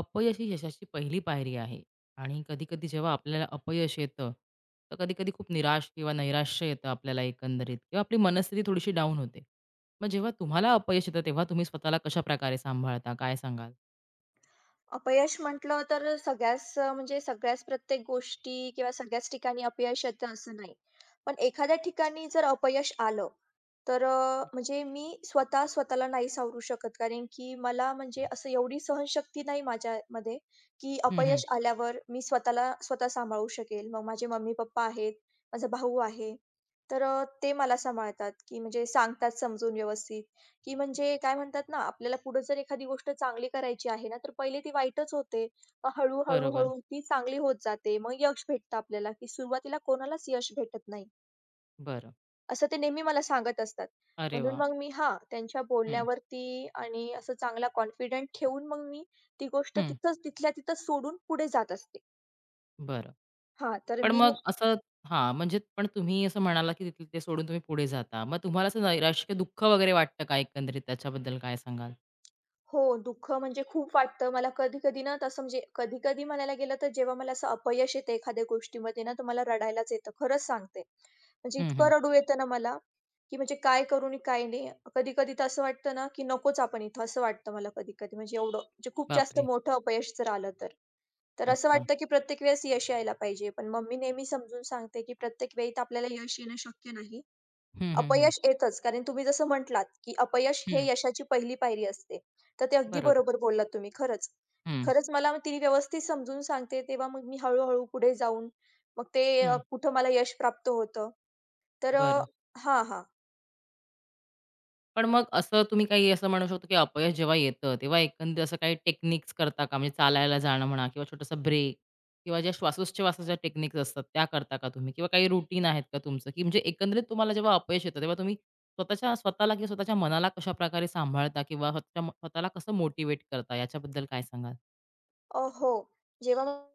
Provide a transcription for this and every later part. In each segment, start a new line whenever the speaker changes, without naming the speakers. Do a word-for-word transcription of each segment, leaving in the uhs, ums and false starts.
अपयश ही यशाची पहिली पायरी आहे आणि कधी-कधी जेव्हा आपल्याला अपयश येतं, तर कधी-कधी खूप निराश किंवा नैराश्य येतं आपल्याला एकंदरीत किंवा आपली मनस्थिती थोडीशी डाऊन होते. मग जेव्हा तुम्हाला अपयश येतं, तेव्हा तुम्ही स्वतःला कशाप्रकारे सांभाळता? काय सांगाल?
अपयश म्हटलं तर सगळ्याच अ, म्हणजे सगळ्याच प्रत्येक गोष्टी किंवा सगळ्याच ठिकाणी अपयश येतं असं नाही. पण एखाद्या ठिकाणी जर अपयश आलं, तर अ, म्हणजे मी स्वतः स्वतःला नाही सावरू शकत. कारण की मला म्हणजे असं एवढी सहनशक्ती नाही माझ्यामध्ये, की
हं, हं.
अपयश आल्यावर मी स्वतःला स्वतः सांभाळू शकेल. मग माझे मम्मी-पप्पा आहेत, माझा भाऊ आहे. तर अ, ते मला सांभाळतात, की म्हणजे सांगतात समजून व्यवस्थित. की म्हणजे काय म्हणतात ना, आपल्याला पुढे जर एखादी गोष्ट चांगली करायची आहे ना, तर पहिले ती वाईटच होते. मग हळू, हळू, हळू
बरोबर.
हो. ती चांगली होत जाते. मग यश भेटतं आपल्याला, की सुरुवातीला कोणालाच यश भेटत नाही.
बरं.
असं ते नेहमी मला सांगत असतात.
अरे
म्हणून
वाह!
मग मी हां, त्यांच्या
हं,
बोलण्यावरती आणि असं चांगला कॉन्फिडंट ठेवून मग मी ती गोष्ट
हं.
तिथंच, तिथल्या तिथं सोडून पुढे जात असते.
बरं.
हां, तर
पण
मी
मग असं हां, म्हणजे पण तुम्ही असं म्हणाला, की तिथलं ते सोडून तुम्ही पुढे जाता. मग तुम्हाला असं नैराश्य किंवा दुःख वगैरे वाटतं का एकंदरीत त्याच्याबद्दल काय सांगाल?
हो, दुःख म्हणजे खूप वाटतं. मला कधी-कधी ना तसं म्हणजे कधी-कधी म्हणायला गेलं तर जेव्हा मला असं अपयश येतं एखाद्या गोष्टीमध्ये ना, तर मला रडायलाच येतं. खरंच सांगते. म्हणजे
हं,
इतकं
हं.
रडू येतं ना मला, की म्हणजे काय करू आणि काय नाही. कधी-कधी तर असं वाटतं ना, की नकोच आपण इथं असं वाटतं मला कधी-कधी. म्हणजे एवढं म्हणजे खूप जास्त
बापरे!
मोठं अपयश जर आलं तर. तर असं
अच्छा.
वाटतं की प्रत्येक वेळेस यश यायला पाहिजे. पण मम्मी नेहमी समजून सांगते, की प्रत्येक वेळी तर आपल्याला यश येणं शक्य नाही.
हं, हं, हं.
अपयश येतच. कारण तुम्ही जसं म्हटलात, की अपयश हे यशाची पहिली पायरी असते. तर ते अगदी
बरोबर.
बरोबर बोललात तुम्ही खरंच.
हं,
खरंच मला ती व्यवस्थित समजून सांगते, तेव्हा मग मी हळू पुढे जाऊन मग ते अ,
हं.
कुठं मला यश प्राप्त होतं. तर अ
बरं.
हां, हां.
पण मग असं तुम्ही काही असं म्हणू शकतो, की अपयश जेव्हा येतं, तेव्हा एकंदरीत असं काही टेक्निक्स करता का? म्हणजे चालायला जाणं म्हणा किंवा छोटासा ब्रेक किंवा ज्या श्वासोच्छवासाच्या टेक्निक्स असतात, त्या करता का तुम्ही? किंवा काही रुटीन आहेत का तुमचं? की म्हणजे एकंदरीत तुम्हाला जेव्हा अपयश येतं, तेव्हा तुम्ही स्वतःच्या स्वतःला किंवा स्वतःच्या मनाला कशाप्रकारे सांभाळता किंवा स्वतः स्वतःला कसं मोटिव्हेट करता? याच्याबद्दल काय सांगाल?
अ, हो. जेव्हा मग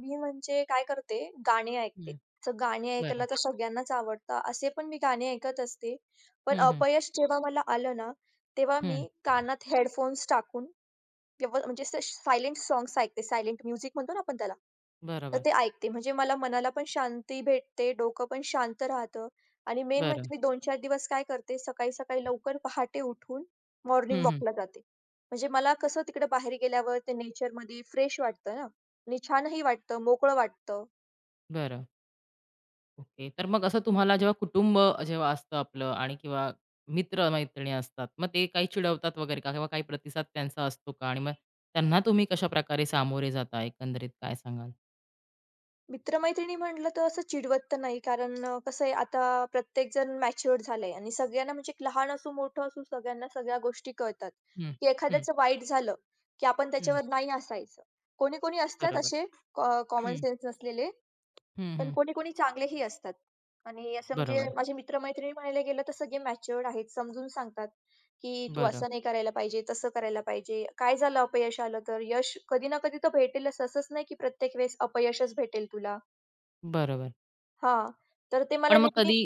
मी म्हणजे काय करते, गाणी ऐकते.
हं.
तर गाणी ऐकायला
बरं.
तर सगळ्यांनाच आवडतं. असे पण मी गाणी ऐकत असते. पण
हं, हं.
अपयश जेव्हा मला आलं ना, तेव्हा मी
हं.
कानात हेडफोन्स टाकून व्यव म्हणजे असं सायलेंट सॉन्ग्स ऐकते. सायलेंट म्युझिक म्हणतो ना आपण त्याला. तर
बरोबर.
ते ऐकते. म्हणजे मला मनाला पण शांती भेटते, डोकं पण शांत राहतं आणि मेन म्हणजे
बरं.
मी दोन ते चार दिवस काय करते, सकाळी-सकाळी लवकर पहाटे उठून मॉर्निंग
हं, हं.
वॉकला जाते. म्हणजे मला कसं तिकडे बाहेर गेल्यावर ते नेचरमध्ये फ्रेश वाटतं ना आणि छानही वाटतं, मोकळं वाटतं.
बरं. ओके. तर मग असं तुम्हाला जेव्हा कुटुंब जेव्हा असतं आपलं आणि किंवा मित्र-मैत्रिणी असतात, मग ते काही चिडवतात वगैरे का? किंवा काही प्रतिसाद त्यांचा असतो का? आणि मग त्यांना तुम्ही कशाप्रकारे सामोरे जाता एकंदरीत काय सांगाल?
मित्र-मैत्रिणी म्हटलं तर असं चिडवत तर नाही. कारण अ, कसं आहे आता प्रत्येकजण मॅच्युअर्ड झालाय आणि सगळ्यांना म्हणजे एक लहान असो, मोठं असो सगळ्यांना सगळ्या गोष्टी कळतात,
हं,
की
हं,
एखाद्याचं वाईट झालं, की आपण
हं.
त्याच्यावर नाही हसायचं. कोणी-कोणी असतात
बरोबर.
असे अ, कॉमन
हं,
सेन्स नसलेले,
हं,
पण
हं.
कोणी-कोणी चांगलेही असतात. आणि असं म्हणजे
बरोबर.
माझे मित्र म्हणायला गेलं तर सगळे मॅच्युअर्ड आहेत. समजून सांगतात, की "तू
बरं,
असं नाही करायला पाहिजे, तसं करायला पाहिजे." काय झालं अपयश आलं तर यश कधी ना कधी तर भेटेलच. असंच नाही की प्रत्येक वेळेस अपयशच भेटेल तुला.
बरोबर.
हां. तर ते
पण
मला
मग
नेहमी
कधी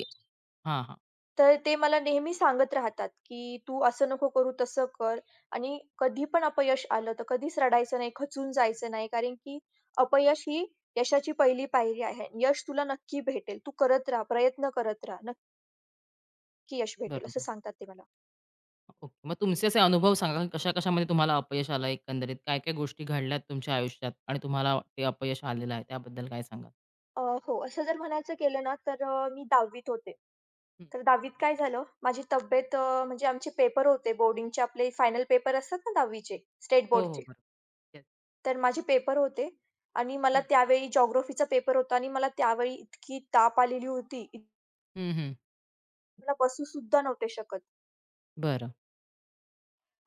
हां, हां.
तर ते मला नेहमी सांगत राहतात, की "तू असं नको करू, तसं कर." आणि कधी पण अपयश आलं तर कधीच रडायचं नाही, खचून जायचं नाही. कारण की अपयश ही यशाची पहिली पायरी आहे. यश तुला नक्की भेटेल. तू करत राहा, प्रयत्न करत राहा. नक्की यश भेटेल, असं
बरोबर.
सांगतात ते मला.
ओके. मग तुमचे असे अनुभव सांगा, कशा-कशामध्ये तुम्हाला अपयश आलं एकंदरीत? काय-काय गोष्टी घडल्यात तुमच्या आयुष्यात आणि तुम्हाला ते अपयश आलेलं आहे त्याबद्दल काय सांगाल?
अ, हो, असं जर म्हणायचं केलं ना, तर अ, मी दहावी होते.
हं.
तर दहावी काय झालं, माझी तब्येत अ, म्हणजे आमचे पेपर होते बोर्डिंगचे आपले फायनल पेपर असतात ना दहावी स्टेट
हो,
बोर्डचे.
हो. बरोबर. येस.
तर माझे पेपर होते आणि मला
हं,
त्यावेळी जिओग्राफीचा पेपर होता आणि मला त्यावेळी इतकी ताप आलेली होती, इत-
हं, हं.
मला बसू सुद्धा नव्हते शकत
बरं.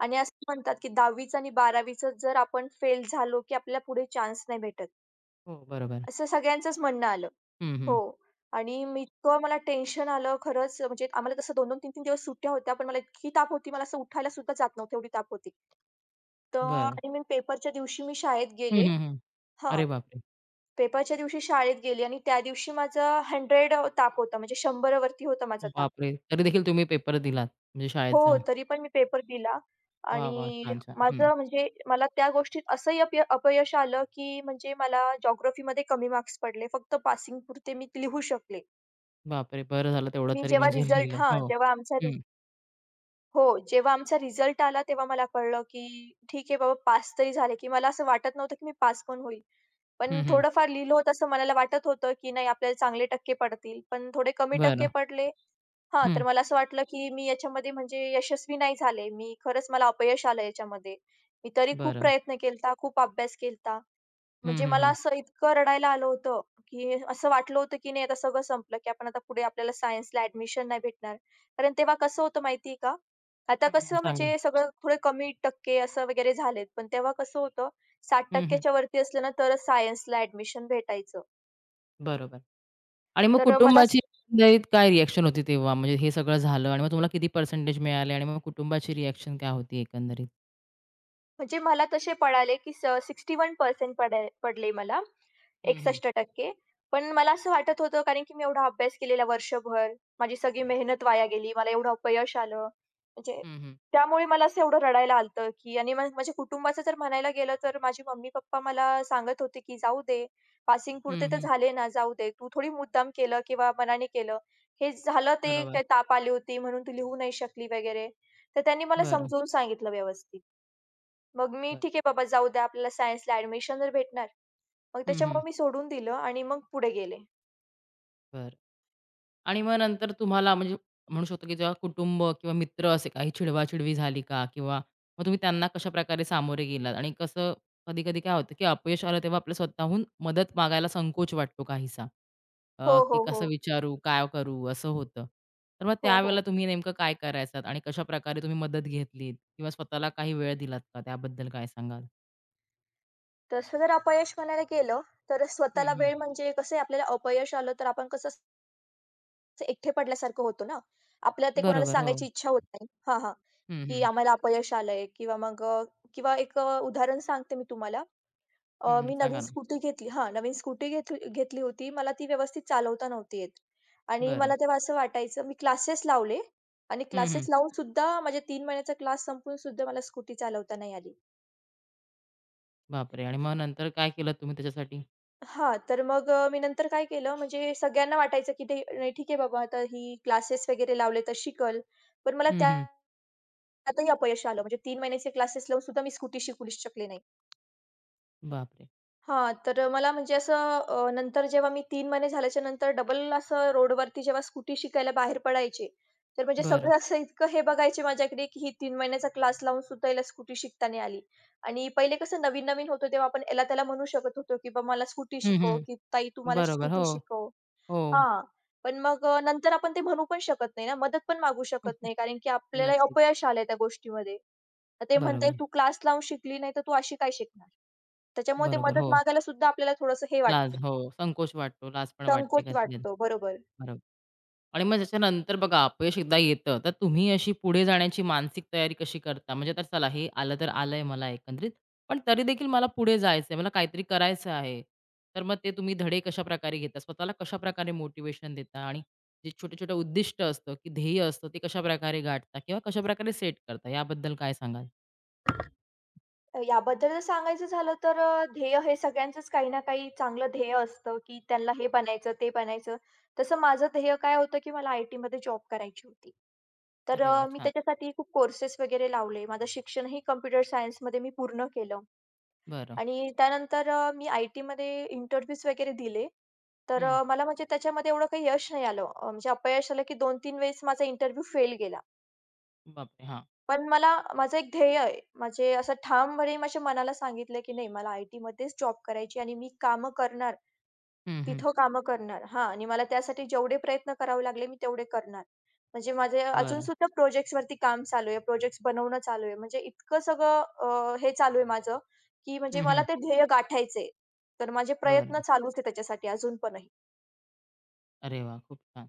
आणि असं म्हणतात, की दहावीचं आणि बारावीचं जर आपण फेल झालो, की आपल्याला पुढे चान्स नाही भेटत.
हो, बरोबर.
असं सगळ्यांचंच म्हणणं आलं.
हं,
हो.
हं.
आणि मी इतकं मला टेन्शन आलं खरंच म्हणजे आम्हाला तसं दोन दोन, तीन तीन दिवस सुट्ट्या होत्या, पण मला इतकी ताप होती, मला असं उठायला सुद्धा जात नव्हतं, एवढी ताप होती. तर
बरं.
आणि मी पेपरच्या दिवशी मी शाळेत
हं,
गेले
हं, हं.
हां.
अरे बापरे!
पेपरच्या दिवशी शाळेत गेली आणि त्या दिवशी माझा शंभर ताप होता, म्हणजे शंभर वरती होता माझा ताप.
बापरे! तरी देखील तुम्ही पेपर दिलात म्हणजे शाळेत
हो,
जाऊन.
तरी पण मी पेपर दिला
वाह, वाह!
आणि
छान, छान. हं.
माझं म्हणजे मला त्या गोष्टीत असंही अपय अपयश आलं, की म्हणजे मला जिओग्राफीमध्ये कमी मार्क्स पडले. फक्त पासिंग पासिंगपुरते मी लिहू शकले.
बापरे! बरं झालं तेवढं
मी
तरी
जेव्हा
म्हणजे
रिझल्ट
लिहिलं.
हां,
हो.
जेव्हा आमचा रि
हं.
हो, जेव्हा आमचा रिझल्ट आला तेव्हा मला कळलं, की ठीक आहे बाबा पास तरी झाले, की मला असं वाटत नव्हतं, की मी पास पण होईल. पण
हं, हं.
थोडंफार लिहिलं होतं असं मनाला वाटत होतं, की नाही आपल्याला चांगले टक्के पडतील. पण थोडे कमी टक्के
बरं.
पडले. हां, तर
हं.
मला असं वाटलं, की मी याच्यामध्ये म्हणजे यशस्वी नाही झाले. मी खरंच मला अपयश आलं याच्यामध्ये. मी तरी खूप
बरं.
प्रयत्न केला होता, खूप अभ्यास केला
हं,
म्हणजे
हं,
मला
हं.
असं इतकं रडायला आलं होतं, की असं वाटलं होतं, की नाही आता सगळं संपलं, की आपण आता पुढे आपल्याला सायन्सला ॲडमिशन नाही भेटणार. कारण तेव्हा कसं होतं माहिती आहे का? आता
हं, हं.
कसं
सांगा.
म्हणजे सगळं थोडे कमी टक्के असं वगैरे झालेत. पण तेव्हा कसं होतं
हं,
साठ टक्के
हं.
च्या वरती असलं ना तरच सायन्सला ॲडमिशन भेटायचं.
बरोबर आणि मग
तर मला
कुटुंबाची एकंदरीत काय रिएक्शन होती तेव्हा? म्हणजे हे सगळं झालं आणि मग तुम्हाला किती पर्सेंटेज मिळाले आणि मग कुटुंबाची रिएक्शन काय होती एकंदरीत?
म्हणजे मला तसे पळाले, की स एकसष्ट टक्के पडे पडले मला,
हं, हं.
एकसष्ट टक्के पण मला असं वाटत होतं कारण की मी एवढा अभ्यास केलेला वर्षभर, माझी सगळी
बरं.
मेहनत वाया गेली, मला एवढं अपयश आलं, म्हणजे
हं, हं.
त्यामुळे मला असं एवढं रडायला आलं होतं, की आणि मग माझ्या कुटुंबाचं जर म्हणायला गेलं तर माझे मम्मी-पप्पा मला सांगत होते, की "जाऊ दे, पासिंग पुरते
हं,
तर
हं.
झाले ना, जाऊ दे. तू थोडी मुद्दाम केलं किंवा मनाने केलं. हे झालं ते
बरोबर.
काय ताप आली होती म्हणून तू लिहू नाही शकली वगैरे." तर त्यांनी मला
बरं,
समजावून सांगितलं व्यवस्थित. मग मी
बरं.
ठीक आहे बाबा जाऊ द्या आपल्याला सायन्सला ॲडमिशन तर भेटणार. मग
हं, हं.
त्याच्यामुळे मी सोडून दिलं आणि मग पुढे गेले.
बरं. आणि मग नंतर तुम्हाला म्हणजे म्हणू शकतो, की जेव्हा कुटुंब किंवा मित्र असे काही चिडवा-चिडवी झाली का? किंवा मग तुम्ही त्यांना कशाप्रकारे सामोरे गेलात? आणि कसं कधी-कधी काय होतं, की अपयश आलं तेव्हा आपल्याला स्वतःहून मदत मागायला संकोच वाटतो काहीसा. अ,
हो,
की
हो, हो.
कसं विचारू? काय करू? असं होतं. तर मग
हो,
त्यावेळेला
हो.
तुम्ही नेमकं काय करायचात? आणि कशाप्रकारे तुम्ही मदत घेतलीत? किंवा स्वतःला काही वेळ दिलात का? त्याबद्दल काय सांगाल?
तसं जर अपयश म्हणायला गेलं, तर
हं,
स्वतःला
हं.
वेळ म्हणजे कसं आहे आपल्याला अपयश आलं तर आपण कसं असं एकटे पडल्यासारखं होतो ना. आपल्याला ते कोणाला
बरोबर. हो.
सांगायची इच्छा होत नाही. हां, हां.
हं,
की
हं.
आम्हाला अपयश आलंय किंवा मग अ, किंवा एक अ, उदाहरण सांगते मी तुम्हाला. अ,
हं,
मी नवीन
सांगा ना.
स्कूटी घेतली हां, नवीन स्कूटी घेतली घेतली होती. मला ती व्यवस्थित चालवता नव्हती येत आणि
बरं.
मला तेव्हा असं वाटायचं मी क्लासेस लावले आणि
हं, हं.
क्लासेस लावून सुद्धा माझे तीन महिन्याचा क्लास संपून सुद्धा मला स्कूटी चालवता नाही आली.
बापरे! आणि मग नंतर काय केलत तुम्ही त्याच्यासाठी?
हां, तर मग अ, मी नंतर काय केलं म्हणजे सगळ्यांना वाटायचं की ते नाही ठीक आहे बाबा आता ही क्लासेस वगैरे लावले तर शिकल. पण मला
हं, हं.
त्यातही अपयश आलं. म्हणजे तीन महिन्याचे क्लासेस लावून सुद्धा मी स्कूटी शिकू शकले नाही.
बापरे!
हां, तर मला म्हणजे असं अ, नंतर जेव्हा मी तीन महिने झाल्याच्या नंतर डबल असं रोडवरती जेव्हा स्कूटी शिकायला बाहेर पडायचे, तर म्हणजे
बरं.
सगळं असं इतकं हे बघायचे माझ्याकडे, की ही तीन महिन्याचा क्लास लावून सुद्धा हिला स्कूटी शिकता नाही आली. आणि पहिले कसं नवीन-नवीन होतो तेव्हा आपण याला त्याला म्हणू शकत होतो, की "बा मला स्कूटी
हं,
शिकव"
हं.
की "ताई तू मला
बरोबर.
स्कूटी
हो,
शिकव."
हो.
हां. पण मग अ, नंतर आपण ते म्हणू पण शकत नाही ना, मदत पण मागू शकत नाही, कारण की आपल्याला
नक्कीच.
अपयश आलंय त्या गोष्टीमध्ये. तर ते म्हणताय,
बरोबर,
"तू क्लास लावून शिकली नाही, तर तू अशी काय शिकणार?" त्याच्यामुळे ते
बरोबर.
मदत
हो.
मागायला सुद्धा आपल्याला थोडंसं हे
लाज.
वाटतं,
हो, संकोच वाटतो. लाज पण वाटते
संकोच
कधी-कधी.
वाटतो. बरोबर.
बरोबर. आणि मग त्याच्यानंतर बघा अपयश एकदा येतं, तर तुम्ही अशी पुढे जाण्याची मानसिक तयारी कशी करता? म्हणजे तर चला हे आलं तर आलंय मला एकंदरीत, पण तरी देखील मला पुढे जायचंय, मला काहीतरी करायचं आहे. तर मग ते तुम्ही धडे कशाप्रकारे घेता? स्वतःला कशाप्रकारे मोटिव्हेशन देता? आणि जे छोटे-छोटे उद्दिष्ट असतं, की ध्येय असतं, ते कशाप्रकारे गाठता किंवा कशाप्रकारे सेट करता? याबद्दल काय सांगाल?
याबद्दल जर सांगायचं झालं तर अ, ध्येय हे सगळ्यांचंच काही ना काही चांगलं ध्येय असतं, की त्यांना हे बनायचं, ते बनायचं. तसं माझं ध्येय काय होतं, की मला आय-टीमध्ये जॉब करायची होती. तर
अरे
अ,
वाह!
मी
छान.
त्याच्यासाठी खूप कोर्सेस वगैरे लावले. माझं शिक्षणही कॉम्प्युटर सायन्समध्ये मी पूर्ण केलं
बरं.
आणि त्यानंतर अ, मी आय-टीमध्ये इंटरव्ह्यूज वगैरे दिले. तर
हं.
अ, मला म्हणजे त्याच्यामध्ये एवढं काही यश नाही आलं. अ, म्हणजे अपयश आलं, की दोन तीन वेळेस माझा इंटरव्ह्यू फेल गेला.
बापरे! हां.
पण मला माझं एक ध्येय आहे. म्हणजे असं ठामपणे माझ्या मनाला सांगितलं, की नाही मला आय-टीमध्येच जॉब करायची आणि मी कामं करणार,
हं, हं.
तिथं कामं करणार. हां आणि मला त्यासाठी जेवढे प्रयत्न करावे लागले मी तेवढे करणार. म्हणजे माझे
बरं.
अजूनसुद्धा वरती काम चालू आहे. प्रोजेक्ट्स बनवणं चालू आहे. म्हणजे इतकं सगळं अ, हे चालू आहे माझं, की म्हणजे
हं,
मला
हं.
ते ध्येय गाठायचंय. तर माझे प्रयत्न
बरं.
चालूच आहे त्याच्यासाठी अजून पणही.
अरे वाह! खूप छान.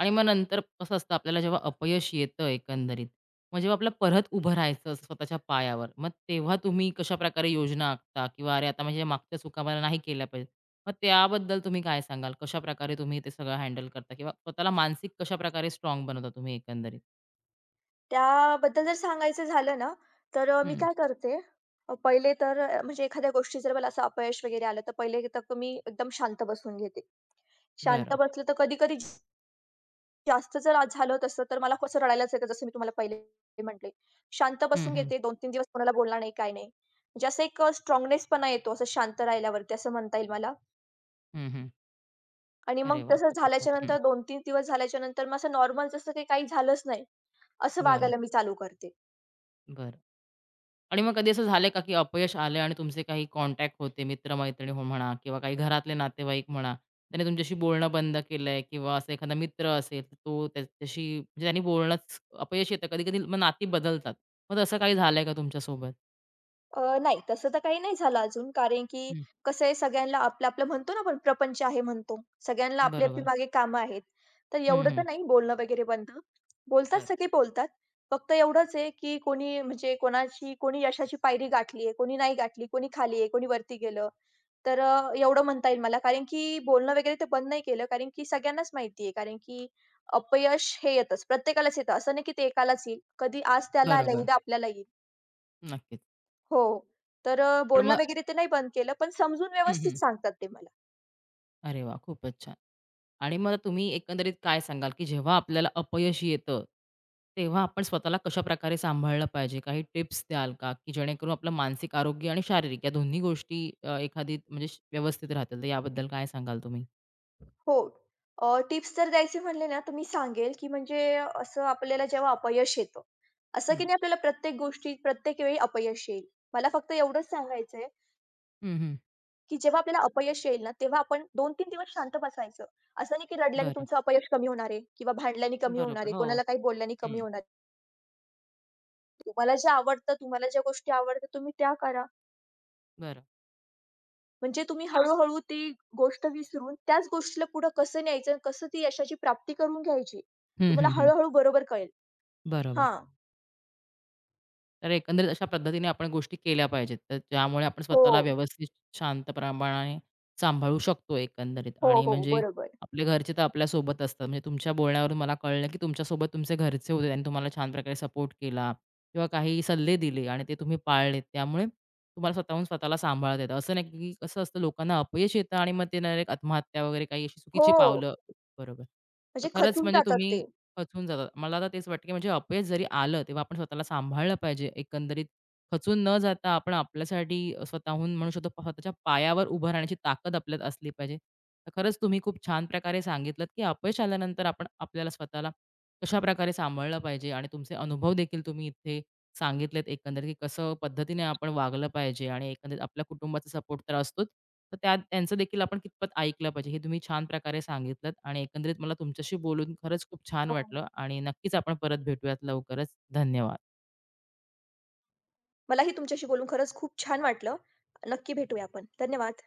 आणि मग नंतर कसं असतं आपल्याला जेव्हा अपयश येतं एकंदरीत, मग जेव्हा आपल्याला परत उभं राहायचं असं स्वतःच्या पायावर, मग तेव्हा तुम्ही कशाप्रकारे योजना आखता? किंवा अरे, आता म्हणजे मागच्या चुका मला नाही केल्या पाहिजेत. मग त्याबद्दल तुम्ही काय सांगाल? कशाप्रकारे तुम्ही ते सगळं हँडल करता किंवा स्वतःला मानसिक कशाप्रकारे स्ट्राँग बनवता तुम्ही एकंदरीत?
त्याबद्दल जर सांगायचं झालं ना, तर अ, मी
हं,
काय करते, अ, पहिले तर अ, म्हणजे एखाद्या गोष्टीत जर मला असं अपयश वगैरे आलं, तर पहिले तर मी एकदम शांत बसून घेते. शांत
बरं.
बसलं तर कधी-कधी जास्त जर आज झालं तसं, तर मला कसं रडायलाच येतं, जसं मी तुम्हाला पहिले म्हटले. शांत
हं,
बसून
हं.
घेते, दोन तीन दिवस कोणाला बोलणार नाही, काय नाही. म्हणजे असं एक अ, स्ट्राँगनेसपणा येतो असं शांत राहिल्यावरती, असं म्हणता येईल मला.
हं, हं.
आणि मग
अरे वाह!
तसं
खूपच छान.
झाल्याच्यानंतर
हं,
दोन तीन दिवस झाल्याच्यानंतर मग असं नॉर्मल जसं काही काही झालंच नाही, असं
बरं,
वागायला मी चालू करते.
बरं. आणि मग कधी असं झालंय का, की अपयश आलंय आणि तुमचे काही कॉन्टॅक्ट होते, मित्र-मैत्रिणी हो म्हणा किंवा काही घरातले नातेवाईक म्हणा, त्याने तुमच्याशी बोलणं बंद केलंय किंवा असा एखादा मित्र असेल, तर तो त्याच्याशी म्हणजे त्यांनी बोलणंच अपयश येतं. कधी-कधी मग नाती बदलतात. मग तसं काही झालंय का तुमच्यासोबत?
अ, नाही तसं तर काही नाही झालं अजून. कारण की
हं,
कसं आहे सगळ्यांना आपलं-आपलं म्हणतो ना आपण प्रपंच आहे म्हणतो. सगळ्यांना आपली-आपली
बरोबर.
मागे कामं आहेत. तर
हं,
एवढं तर
हं.
नाही बोलणं वगैरे बंद. बोलतात
बरं.
सगळे बोलतात. फक्त एवढंच आहे की कोणी म्हणजे कोणाची कोणी यशाची पायरी गाठली आहे, कोणी नाही गाठली, कोणी खाली आहे, कोणी वरती गेलं. तर अ, एवढं म्हणता येईल मला. कारण की बोलणं वगैरे तर बंद नाही केलं. कारण की सगळ्यांनाच माहिती आहे. कारण की अपयश हे येतंच. प्रत्येकालाच येतं. असं नाही की ते एकालाच येईल. कधी आज त्याला आलंय,
बरोबर.
उद्या आपल्याला येईल.
नक्कीच.
हो. तर अ,
पण मग
बोलणं वगैरे ते नाही बंद केलं, पण समजून
हं,
व्यवस्थित
हं.
सांगतात ते मला.
अरे वाह! खूपच छान. आणि मग तुम्ही एकंदरीत काय सांगाल, की जेव्हा आपल्याला अपयश येतं, तेव्हा आपण स्वतःला कशाप्रकारे सांभाळलं पाहिजे? काही टिप्स द्याल का? की जेणेकरून आपलं मानसिक आरोग्य आणि शारीरिक या दोन्ही गोष्टी अ, एखादी म्हणजे श- व्यवस्थित राहतील, तर याबद्दल काय सांगाल तुम्ही?
हो. अ, टिप्स जर द्यायचे म्हणले ना, तर मी सांगेल, की म्हणजे असं आपल्याला जेव्हा अपयश येतं, असं की
हं.
नाही आपल्याला प्रत्येक गोष्टीत, प्रत्येक वेळी अपयश येईल. मला फक्त एवढंच सांगायचंय,
हं, हं.
की जेव्हा आपल्याला अपयश येईल ना, तेव्हा आपण दोन तीन दिवस शांत बसायचं. असं नाही की रडल्याने
बरं.
तुमचं अपयश कमी होणार आहे किंवा भांडल्याने कमी होणार
बरोबर.
आहे,
हो.
कोणाला काही बोलल्याने कमी
हं.
होणार आहे. तुम्हाला जे आवडतं, तुम्हाला ज्या गोष्टी आवडतात, तुम्ही त्या करा.
बरं.
म्हणजे तुम्ही हळू-हळू ती गोष्ट विसरून त्याच गोष्टीला पुढं कसं न्यायचं आणि कसं ती यशाची प्राप्ती करून घ्यायची,
हं,
तुम्हाला
हं, हं.
हळू-हळू बरोबर कळेल.
बरोबर.
हां.
तर एकंदरीत अशा पद्धतीने आपण गोष्टी केल्या पाहिजेत. तर ज्यामुळे आपण
हो.
स्वतःला व्यवस्थित शांत प्रमाणाने सांभाळू शकतो एकंदरीत
हो,
आणि
हो.
म्हणजे
बरोबर.
आपले घरचे तर आपल्यासोबत असतात. म्हणजे तुमच्या बोलण्यावरून मला कळलं, की तुमच्यासोबत तुमचे घरचे होते आणि तुम्हाला छान प्रकारे सपोर्ट केला किंवा काही सल्ले दिले आणि ते तुम्ही पाळलेत. त्यामुळे तुम्हाला स्वतःहून स्वतःला सांभाळता येतं. असं नाही, की कसं असतं लोकांना अपयश येतं आणि मग ते डायरेक्ट आत्महत्या वगैरे काही अशी चुकीची
हो.
पावलं बरोबर. तर
म्हणजे
खरंच
खचून
म्हणजे
जातात ते.
तुम्ही खचून जातात. मला आता तेच वाटतं, की म्हणजे अपयश जरी आलं, तेव्हा आपण स्वतःला सांभाळलं पाहिजे. एकंदरीत खचून न जाता आपण आपल्यासाठी स्वतःहून म्हणू शकतो प- स्वतःच्या पायावर उभं राहण्याची ताकद आपल्यात असली पाहिजे. तर खरंच तुम्ही खूप छान प्रकारे सांगितलत, की अपयश आल्यानंतर आपण आपल्याला स्वतःला कशाप्रकारे सांभाळलं पाहिजे आणि तुमचे अनुभव देखील तुम्ही इथे सांगितलेत एकंदरीत, की कसं पद्धतीने आपण वागलं पाहिजे आणि एकंदरीत आपल्या कुटुंबाचा सपोर्ट तर असतोच. तर त्या त्यांचं देखील आपण कितपत ऐकलं पाहिजे, हे तुम्ही छान प्रकारे सांगितलंत आणि एकंदरीत मला तुमच्याशी बोलून खरंच खूप छान
हो.
वाटलं आणि नक्कीच आपण परत भेटूयात लवकरच. धन्यवाद.
मलाही तुमच्याशी बोलून खरंच खूप छान वाटलं. नक्की भेटूया आपण. धन्यवाद.